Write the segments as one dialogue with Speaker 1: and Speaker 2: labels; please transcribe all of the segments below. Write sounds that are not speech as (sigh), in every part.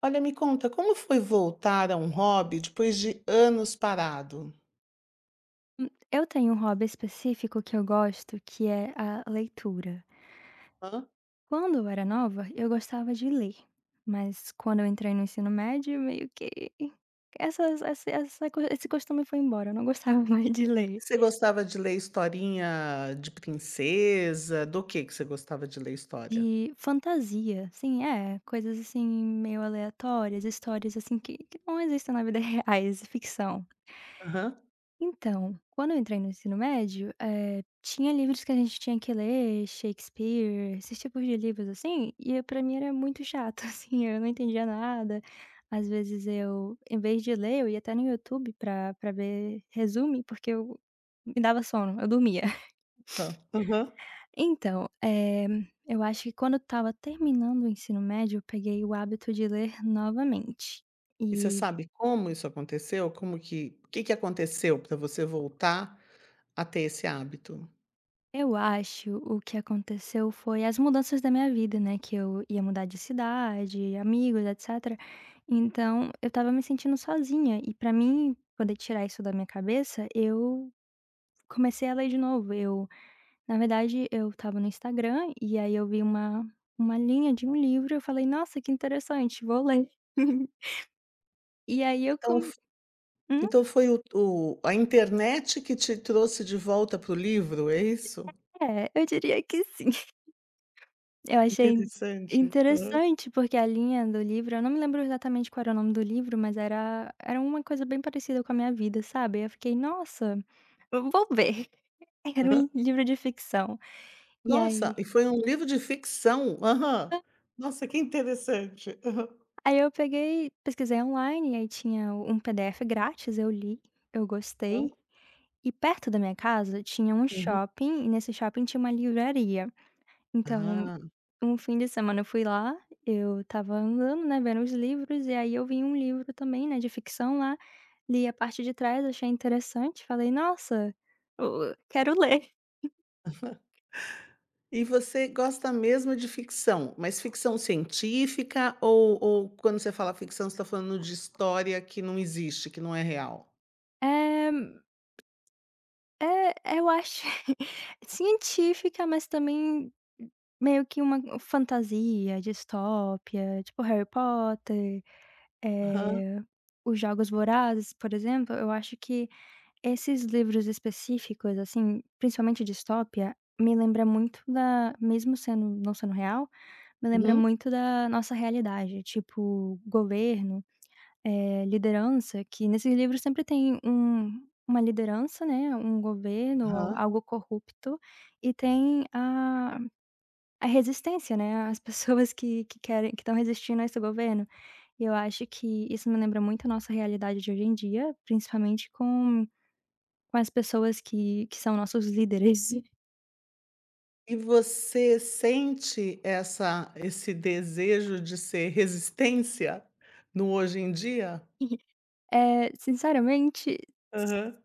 Speaker 1: Olha, me conta, como foi voltar a um hobby depois de anos parado?
Speaker 2: Eu tenho um hobby específico que eu gosto, que é a leitura.
Speaker 1: Hã?
Speaker 2: Quando eu era nova, eu gostava de ler, mas quando eu entrei no ensino médio, meio que essas essa essa co esse costume foi embora, eu não gostava (laughs) mais de ler.
Speaker 1: Você gostava de ler historinha de princesa? Do que você gostava de ler história?
Speaker 2: De fantasia, sim, é, coisas assim meio aleatórias, histórias assim que não existem na vida (laughs) reais, ficção.
Speaker 1: Aham,
Speaker 2: Então, quando eu entrei no ensino médio, tinha livros que a gente tinha que ler, Shakespeare, esses tipos de livros assim, e pra mim era muito chato, (laughs) assim, eu não entendia nada. Às vezes eu, em vez de ler, eu ia até no YouTube pra ver resumo, porque eu me dava sono, eu dormia. (laughs)
Speaker 1: só. Aham.
Speaker 2: Então, eu acho que quando eu estava terminando o ensino médio, eu peguei o hábito de ler novamente.
Speaker 1: E você
Speaker 2: E
Speaker 1: sabe como isso aconteceu? Como que o que que aconteceu para você voltar a ter esse hábito?
Speaker 2: eu acho o que aconteceu foi as mudanças da minha vida, né, que eu ia mudar de cidade, amigos, etc. Então, eu estava me sentindo sozinha e para mim poder tirar isso da minha cabeça, eu comecei a ler de novo. Eu, na verdade, eu estava no Instagram e aí eu vi uma linha de um livro, eu falei: "Nossa, que interessante, vou ler". (laughs) E aí eu
Speaker 1: Então
Speaker 2: com
Speaker 1: f
Speaker 2: hum,
Speaker 1: então foi o a internet que te trouxe de volta para o livro, é isso?
Speaker 2: é, eu diria que sim. Eu achei
Speaker 1: Interessante. Aham,
Speaker 2: interessante, porque a linha do livro eu não me lembro exatamente qual era o nome do livro, mas era uma coisa bem parecida com a minha vida, sabe. Eu fiquei: "Nossa, eu vou ver". (laughs) Era
Speaker 1: aham.
Speaker 2: um livro de ficção. E
Speaker 1: Nossa,
Speaker 2: aí
Speaker 1: e foi um livro de ficção? Aham. Nossa, que interessante.
Speaker 2: eu peguei, pesquisei online, e aí tinha um PDF grátis, eu li, eu
Speaker 1: Aham.
Speaker 2: gostei. E perto da minha casa tinha um
Speaker 1: Uhum.
Speaker 2: shopping, e nesse shopping tinha uma livraria. Então
Speaker 1: Ah,
Speaker 2: um fim de semana eu fui lá, eu estava andando, né, vendo os livros, e aí eu vi um livro também, né, de ficção lá, li a parte de trás, achei interessante, falei: "Nossa, o quero ler".
Speaker 1: e você gosta mesmo de ficção, mas ficção científica ou quando você fala ficção, você está falando de história que não existe, que não é real?
Speaker 2: É é eu acho (laughs) científica, mas também meio que uma fantasia, distópia, tipo Harry Potter,
Speaker 1: Aham.
Speaker 2: eh, Os Jogos Vorazes, por exemplo, eu acho que esses livros específicos, assim, principalmente distópia, me lembra muito da mesmo sendo não sendo real, me lembra
Speaker 1: Uhum.
Speaker 2: muito da nossa realidade, tipo governo, liderança, que nesses livros sempre tem uma liderança, né, um governo, al
Speaker 1: Aham.
Speaker 2: algo corrupto, e tem a resistência, né, as (laughs) pessoas que querem que estão resistindo a esse governo. E eu acho que isso me lembra muito a nossa realidade de hoje em dia, principalmente com as pessoas que são nossos líderes.
Speaker 1: E você sente essa esse desejo de ser resistência no hoje em dia?
Speaker 2: (laughs) Sinceramente,
Speaker 1: Aham.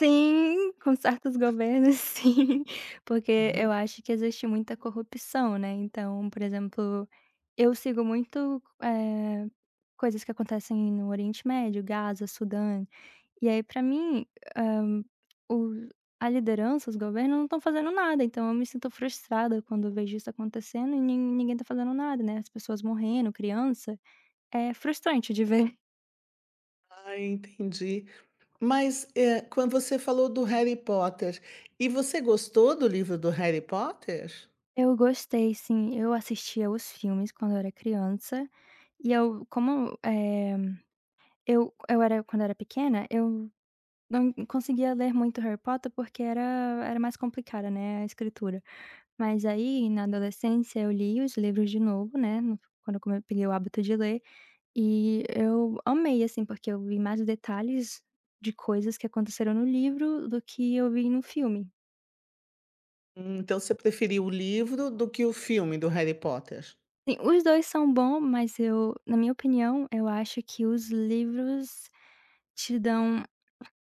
Speaker 2: sim, com certos governos, (laughs) sim, porque eu acho que existe muita corrupção, né. Então, por exemplo, eu sigo muito, coisas que acontecem no Oriente Médio, Gaza, Sudão, e aí pra mim, hã, o a liderança, os governos não estão fazendo nada, então eu me sinto frustrada quando eu vejo isso acontecendo e ninguém tá fazendo nada, né, as pessoas morrendo, criança. É frustrante de ver. (laughs)
Speaker 1: Ah, entendi. Mas, quando você falou do Harry Potter, e você gostou do livro do Harry Potter?
Speaker 2: Eu gostei sim, eu assistia os filmes quando eu era criança, e eu como, eu era quando eu era pequena, eu não conseguia ler muito Harry Potter porque era mais complicada, né, a escritura. Mas aí na adolescência eu li os livros de novo, né, no quando eu come peguei o hábito de ler, e eu amei assim, porque eu vi mais detalhes de coisas que aconteceram no livro do que eu vi no filme.
Speaker 1: Então você preferiu o livro do que o filme do Harry Potter?
Speaker 2: Sim, os 2 são bom, mas eu na minha opinião, eu acho que os livros te dão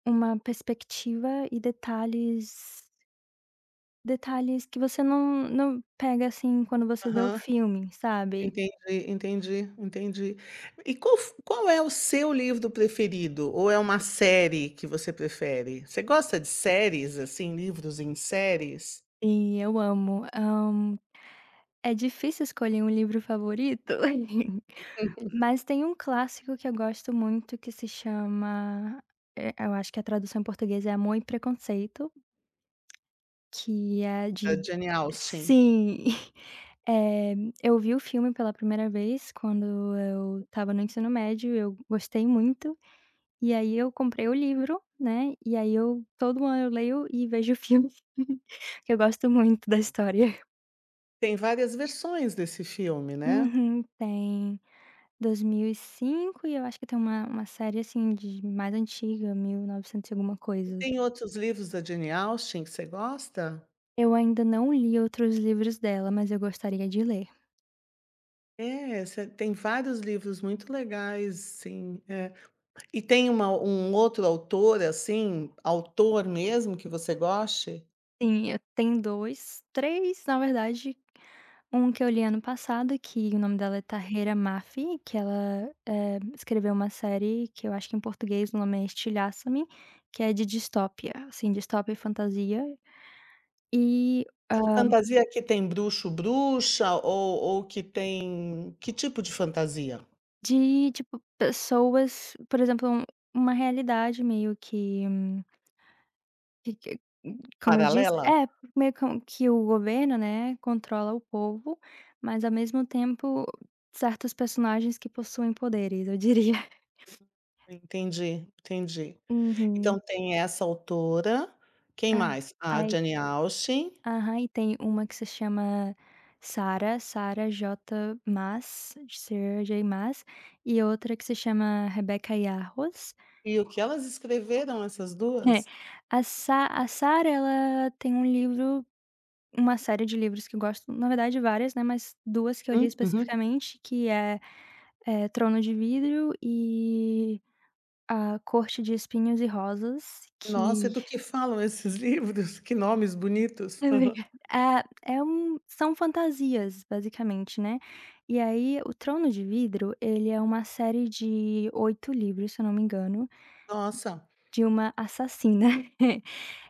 Speaker 2: uma perspectiva e detalhes que você não pega, assim, quando você vê o
Speaker 1: Aham,
Speaker 2: filme, sabe.
Speaker 1: entendi. E qual é o seu livro preferido? Ou é uma série que você prefere? Você gosta de séries, assim, livros em séries?
Speaker 2: E eu amo. É difícil escolher um livro favorito, (laughs) mas tem um clássico que eu gosto muito que se chama, eu acho que a tradução em português é Amor e Preconceito, que é de
Speaker 1: Da Jane Austen.
Speaker 2: sim. (laughs) Eh, eu vi o filme pela primeira vez quando eu estava no ensino médio, eu gostei muito, e aí eu comprei o livro, né, e aí eu todo ano eu leio e vejo o filme, (laughs) que eu gosto muito da história.
Speaker 1: Tem várias versões desse filme, né?
Speaker 2: Uhum, tem 2005 e eu acho que tem uma série, assim, de mais antiga, 1900 e alguma
Speaker 1: E
Speaker 2: coisa.
Speaker 1: tem outros livros da Jane Austen que você gosta?
Speaker 2: Eu ainda não li outros livros dela, mas eu gostaria de ler.
Speaker 1: É, você tem vários livros muito legais, sim, é. E tem uma um outro autor, assim, autor mesmo que você goste?
Speaker 2: Sim, eu tem 2 3 na verdade. Um que eu li ano passado, que o nome dela é Tahereh Mafi, que ela, escreveu uma série que eu acho que em português o nome é Estilhaça-me, que é de distópia, assim, distópia e fantasia, e,
Speaker 1: E que
Speaker 2: hã,
Speaker 1: fantasia que tem bruxo, bruxa ou que tem que tipo de fantasia?
Speaker 2: de, tipo, pessoas, por exemplo, um uma realidade meio que que como eu disse
Speaker 1: Paralela?
Speaker 2: é, meio com que o governo, né, controla o povo, mas ao mesmo tempo certos personagens que possuem poderes, eu diria. (laughs)
Speaker 1: Entendi, entendi. Então
Speaker 2: Uhum.
Speaker 1: tem essa autora, quem
Speaker 2: Ah,
Speaker 1: mais? A
Speaker 2: ai
Speaker 1: Jane Austen,
Speaker 2: aham, e tem uma que se chama Sara, Sara J. Mas, Sarah J. Mas, e outra que se chama Rebeca Yarros. (laughs)
Speaker 1: e o que elas escreveram essas
Speaker 2: É,
Speaker 1: 2?
Speaker 2: a Sa a Sara, ela tem um livro uma série de livros que eu gosto, na verdade várias, né, mas 2 que eu li
Speaker 1: Uhum, uhum.
Speaker 2: especificamente, que é, Trono de Vidro e A Corte de Espinhos e Rosas,
Speaker 1: Nossa, e
Speaker 2: que
Speaker 1: do que falam esses (laughs) livros? Que nomes
Speaker 2: (laughs)
Speaker 1: bonitos.
Speaker 2: é
Speaker 1: Aham.
Speaker 2: verdade. Ah, é um são fantasias, basicamente, né. E aí, o Trono de Vidro, ele é uma série de 8 livros, se eu não me engano,
Speaker 1: Nossa.
Speaker 2: de uma assassina. (laughs)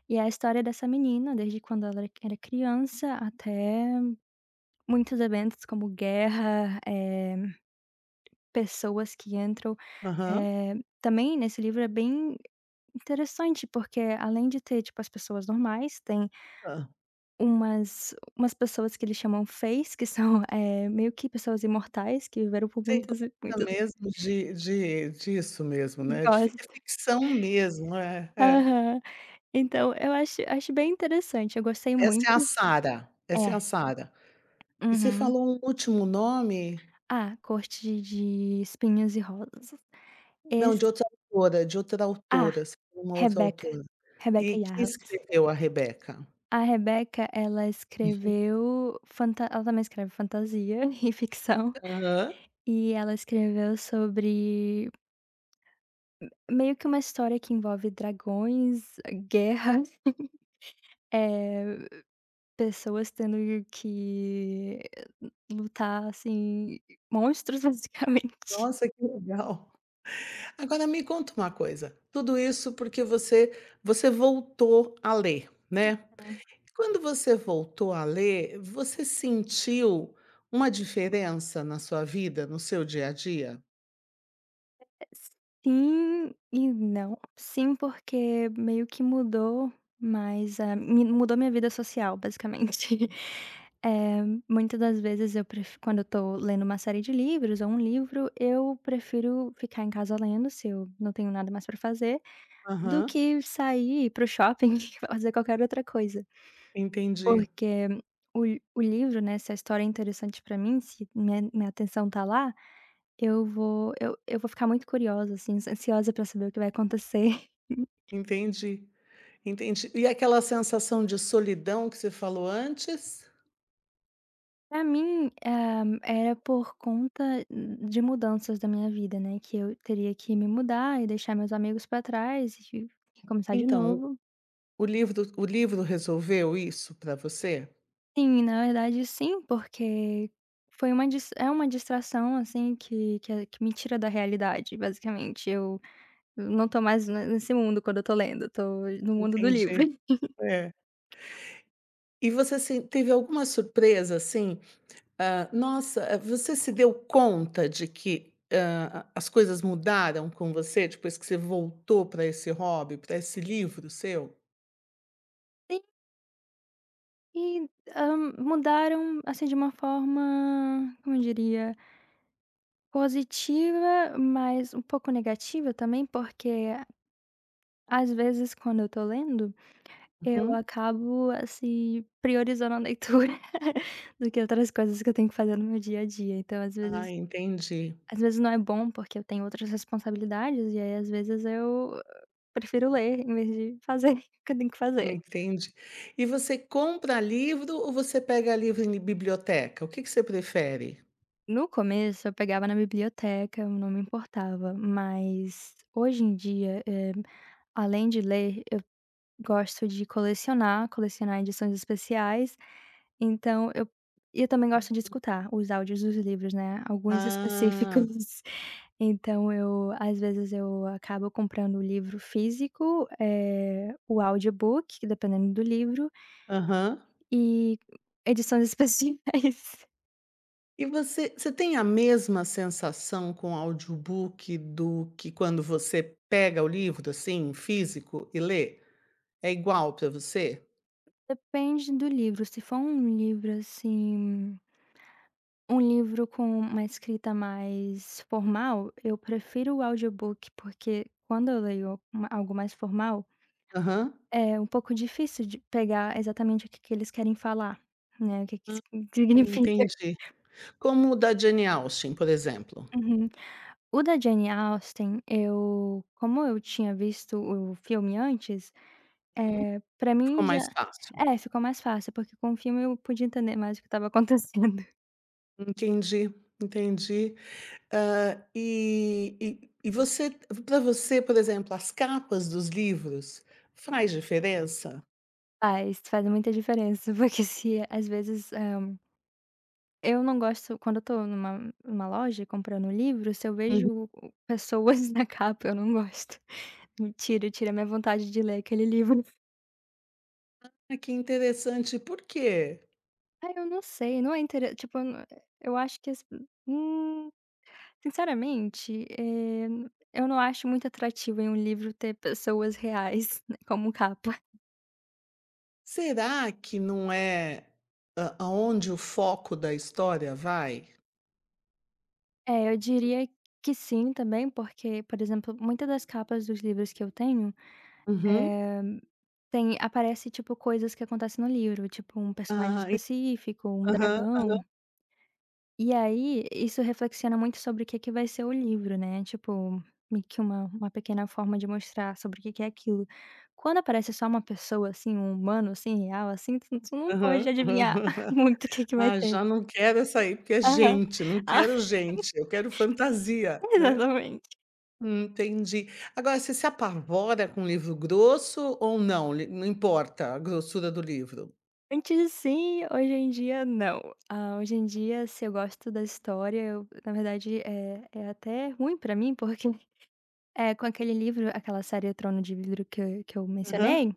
Speaker 2: E é a história dessa menina, desde quando ela era criança até muitos eventos como guerra, pessoas que entram.
Speaker 1: Aham.
Speaker 2: Eh, também nesse livro é bem interessante, porque além de ter, tipo, as pessoas normais, tem
Speaker 1: Hã.
Speaker 2: Umas pessoas que eles chamam Fays, que são, (laughs) meio que pessoas imortais que viveram por
Speaker 1: Você
Speaker 2: muitas e
Speaker 1: gosta
Speaker 2: muitas
Speaker 1: mesmo de disso mesmo,
Speaker 2: (laughs)
Speaker 1: né, de fi é
Speaker 2: gosto.
Speaker 1: ficção mesmo, é, é.
Speaker 2: Aham. Então eu acho bem interessante, eu gostei
Speaker 1: Essa é
Speaker 2: muito.
Speaker 1: a Sarah, essa é
Speaker 2: É,
Speaker 1: a Sarah. E você
Speaker 2: uhum.
Speaker 1: falou um último nome
Speaker 2: Ah, corte de Espinhos e Rosas.
Speaker 1: não,
Speaker 2: Esse
Speaker 1: de outra autora,
Speaker 2: ah,
Speaker 1: você falou uma outra
Speaker 2: Rebecca,
Speaker 1: autora.
Speaker 2: Rebecca
Speaker 1: E quem
Speaker 2: Yarros.
Speaker 1: escreveu a Rebeca?
Speaker 2: A Rebecca, ela escreveu fanta ela também escreve fantasia (laughs) e ficção,
Speaker 1: Aham.
Speaker 2: e ela escreveu sobre meio que uma história que envolve dragões, guerra, (laughs) eh, pessoas tendo que lutar, assim, monstros (laughs) basicamente.
Speaker 1: Nossa, que legal. Agora me conta uma coisa, tudo isso porque você voltou a ler, né.
Speaker 2: É.
Speaker 1: Quando você voltou a ler, você sentiu uma diferença na sua vida, no seu dia a dia?
Speaker 2: Sim e não. Sim, porque meio que mudou mas a mi mudou minha vida social basicamente. (laughs) Muita das vezes eu pref quando eu tô lendo uma série de livros ou um livro, eu prefiro ficar em casa lendo se eu não tenho nada mais pra fazer. Do
Speaker 1: Aham,
Speaker 2: que sair, para o shopping, (laughs) fazer qualquer outra coisa.
Speaker 1: entendi,
Speaker 2: Porque o livro, né, se a história é interessante para mim, se minha atenção tá lá, eu vou eu vou ficar muito curiosa, assim, ansiosa para saber o que vai acontecer. (laughs)
Speaker 1: entendi, entendi. E aquela sensação de solidão que você falou antes?
Speaker 2: Para mim, era por conta de mudanças da minha vida, né, que eu teria que me mudar e deixar meus amigos para trás e começar de
Speaker 1: Então,
Speaker 2: novo.
Speaker 1: o livro resolveu isso para você?
Speaker 2: Sim, na verdade sim, porque foi uma dis é uma distração, assim, que é que me tira da realidade, basicamente. Eu não tô mais ne nesse mundo quando eu tô lendo, tô no mundo do livro.
Speaker 1: Entendi,
Speaker 2: (laughs)
Speaker 1: é. E você se teve alguma surpresa, assim, ah, nossa, ah, você se deu conta de que, as coisas mudaram com você depois que você voltou para esse hobby, para esse livro seu?
Speaker 2: Sim, e, mudaram, assim, de uma forma, como eu diria, positiva, mas um pouco negativa também, porque às vezes quando eu tô lendo, eu
Speaker 1: Uhum.
Speaker 2: acabo, assim, priorizando a leitura (laughs) do que outras coisas que eu tenho que fazer no meu dia a dia. Então, às
Speaker 1: Ah,
Speaker 2: vezes às vezes não é bom, porque eu tenho outras responsabilidades, e aí às vezes eu prefiro ler em vez de fazer (laughs) o que eu tenho que fazer.
Speaker 1: entendi. E você compra livro ou você pega livro em biblioteca? O que que você prefere?
Speaker 2: No começo eu pegava na biblioteca, eu não me importava, mas hoje em dia, além de ler, eu gosto de colecionar, edições especiais, então eu e eu também gosto de escutar os áudios dos livros, né, alguns (laughs)
Speaker 1: Ah,
Speaker 2: específicos. Então eu às vezes eu acabo comprando o livro físico, o audiobook, dependendo do livro,
Speaker 1: aham.
Speaker 2: e edições especiais. (laughs)
Speaker 1: E você tem a mesma sensação com audiobook do que quando você pega o livro, assim, físico e lê? É igual para você?
Speaker 2: Depende do livro, se for um livro, assim, um livro com uma escrita mais formal, eu prefiro o audiobook, porque quando eu leio uma algo mais formal,
Speaker 1: Aham.
Speaker 2: é um pouco difícil de pegar exatamente o que que eles querem falar, né, o que que
Speaker 1: Ah,
Speaker 2: significa.
Speaker 1: entendi. Como o da Jane Austen, por exemplo.
Speaker 2: (laughs) Uhum. O da Jane Austen, eu como eu tinha visto o filme antes,
Speaker 1: Hum,
Speaker 2: pra
Speaker 1: ficou
Speaker 2: mim já
Speaker 1: mais fácil.
Speaker 2: é, ficou mais fácil, porque com o filme eu podia entender mais o que estava (laughs) acontecendo.
Speaker 1: Entendi, entendi. Hã, e você para você, por exemplo, as capas dos livros faz diferença?
Speaker 2: Faz, faz muita diferença, (laughs) porque se às vezes, eu não gosto quando eu tô numa loja comprando um livro, se eu
Speaker 1: Uhum.
Speaker 2: vejo pessoas (laughs) na capa, eu não gosto. Me tira a minha vontade de ler aquele livro. (laughs)
Speaker 1: Ah, que interessante. Por quê?
Speaker 2: Ah, eu não sei, não é intere tipo, eu acho que as hum. Sinceramente, eu não acho muito atrativo em um livro ter pessoas reais, (laughs) né, como capa.
Speaker 1: Será que não é a aonde o foco da história vai?
Speaker 2: É, eu diria que sim também, porque, por exemplo, muitas das capas dos livros que eu tenho,
Speaker 1: Uhum.
Speaker 2: eh, tem aparece, tipo, coisas que acontecem no livro, tipo um personagem
Speaker 1: Ah, en
Speaker 2: específico, um
Speaker 1: Aham,
Speaker 2: dragão. E aí, isso reflexiona muito sobre o que é que vai ser o livro, né, tipo, meio que uma pequena forma de mostrar sobre o que que é aquilo. Quando aparece só uma pessoa, assim, um humano, assim, real, assim, tu não pode
Speaker 1: aham.
Speaker 2: adivinhar (laughs)
Speaker 1: (laughs)
Speaker 2: muito o que que vai
Speaker 1: Ah,
Speaker 2: ter.
Speaker 1: já não quero essa aí, porque é
Speaker 2: Aham.
Speaker 1: gente, não
Speaker 2: Ah,
Speaker 1: quero
Speaker 2: (laughs)
Speaker 1: gente, eu quero fantasia, né.
Speaker 2: exatamente.
Speaker 1: Entendi. Agora você se apavora com livro grosso ou não, li não importa a grossura do livro?
Speaker 2: Antes sim, hoje em dia não. Ah, hoje em dia, se eu gosto da história, eu na verdade, é até ruim pra mim porque é, com aquele livro, aquela série O Trono de Vidro que eu
Speaker 1: Aham,
Speaker 2: mencionei,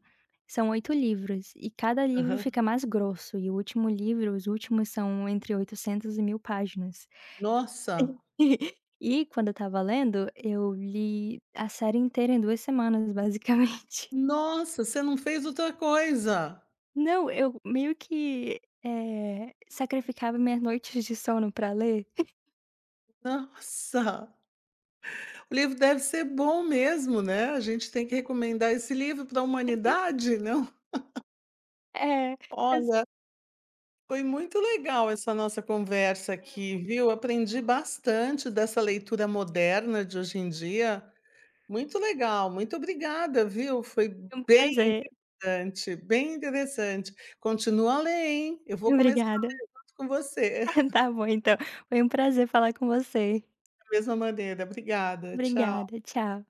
Speaker 2: são 8 livros, e cada livro
Speaker 1: aham.
Speaker 2: fica mais grosso, e o último livro os últimos são entre 800 e 1000 páginas.
Speaker 1: Nossa,
Speaker 2: (laughs) E quando eu estava lendo, eu li a série inteira em 2 semanas, basicamente. (laughs)
Speaker 1: você não fez outra coisa.
Speaker 2: Não, eu meio que, sacrificava minhas noites de sono pra ler.
Speaker 1: Nossa. O livro deve ser bom mesmo, né, a gente tem que recomendar esse livro para a humanidade, (laughs) não?
Speaker 2: É, assim, foi
Speaker 1: Olha, foi muito legal essa nossa conversa aqui, viu, aprendi bastante dessa leitura moderna de hoje em dia, muito legal, muito obrigada, viu, foi
Speaker 2: assim, um
Speaker 1: bem
Speaker 2: prazer.
Speaker 1: dante, bem interessante. Continua a ler, hein, eu vou começar
Speaker 2: Obrigada.
Speaker 1: com você,
Speaker 2: (laughs)
Speaker 1: (laughs) da
Speaker 2: Tá bom então, foi um prazer falar com você.
Speaker 1: mesma maneira. Obrigada, tchau.
Speaker 2: Obrigada, tchau.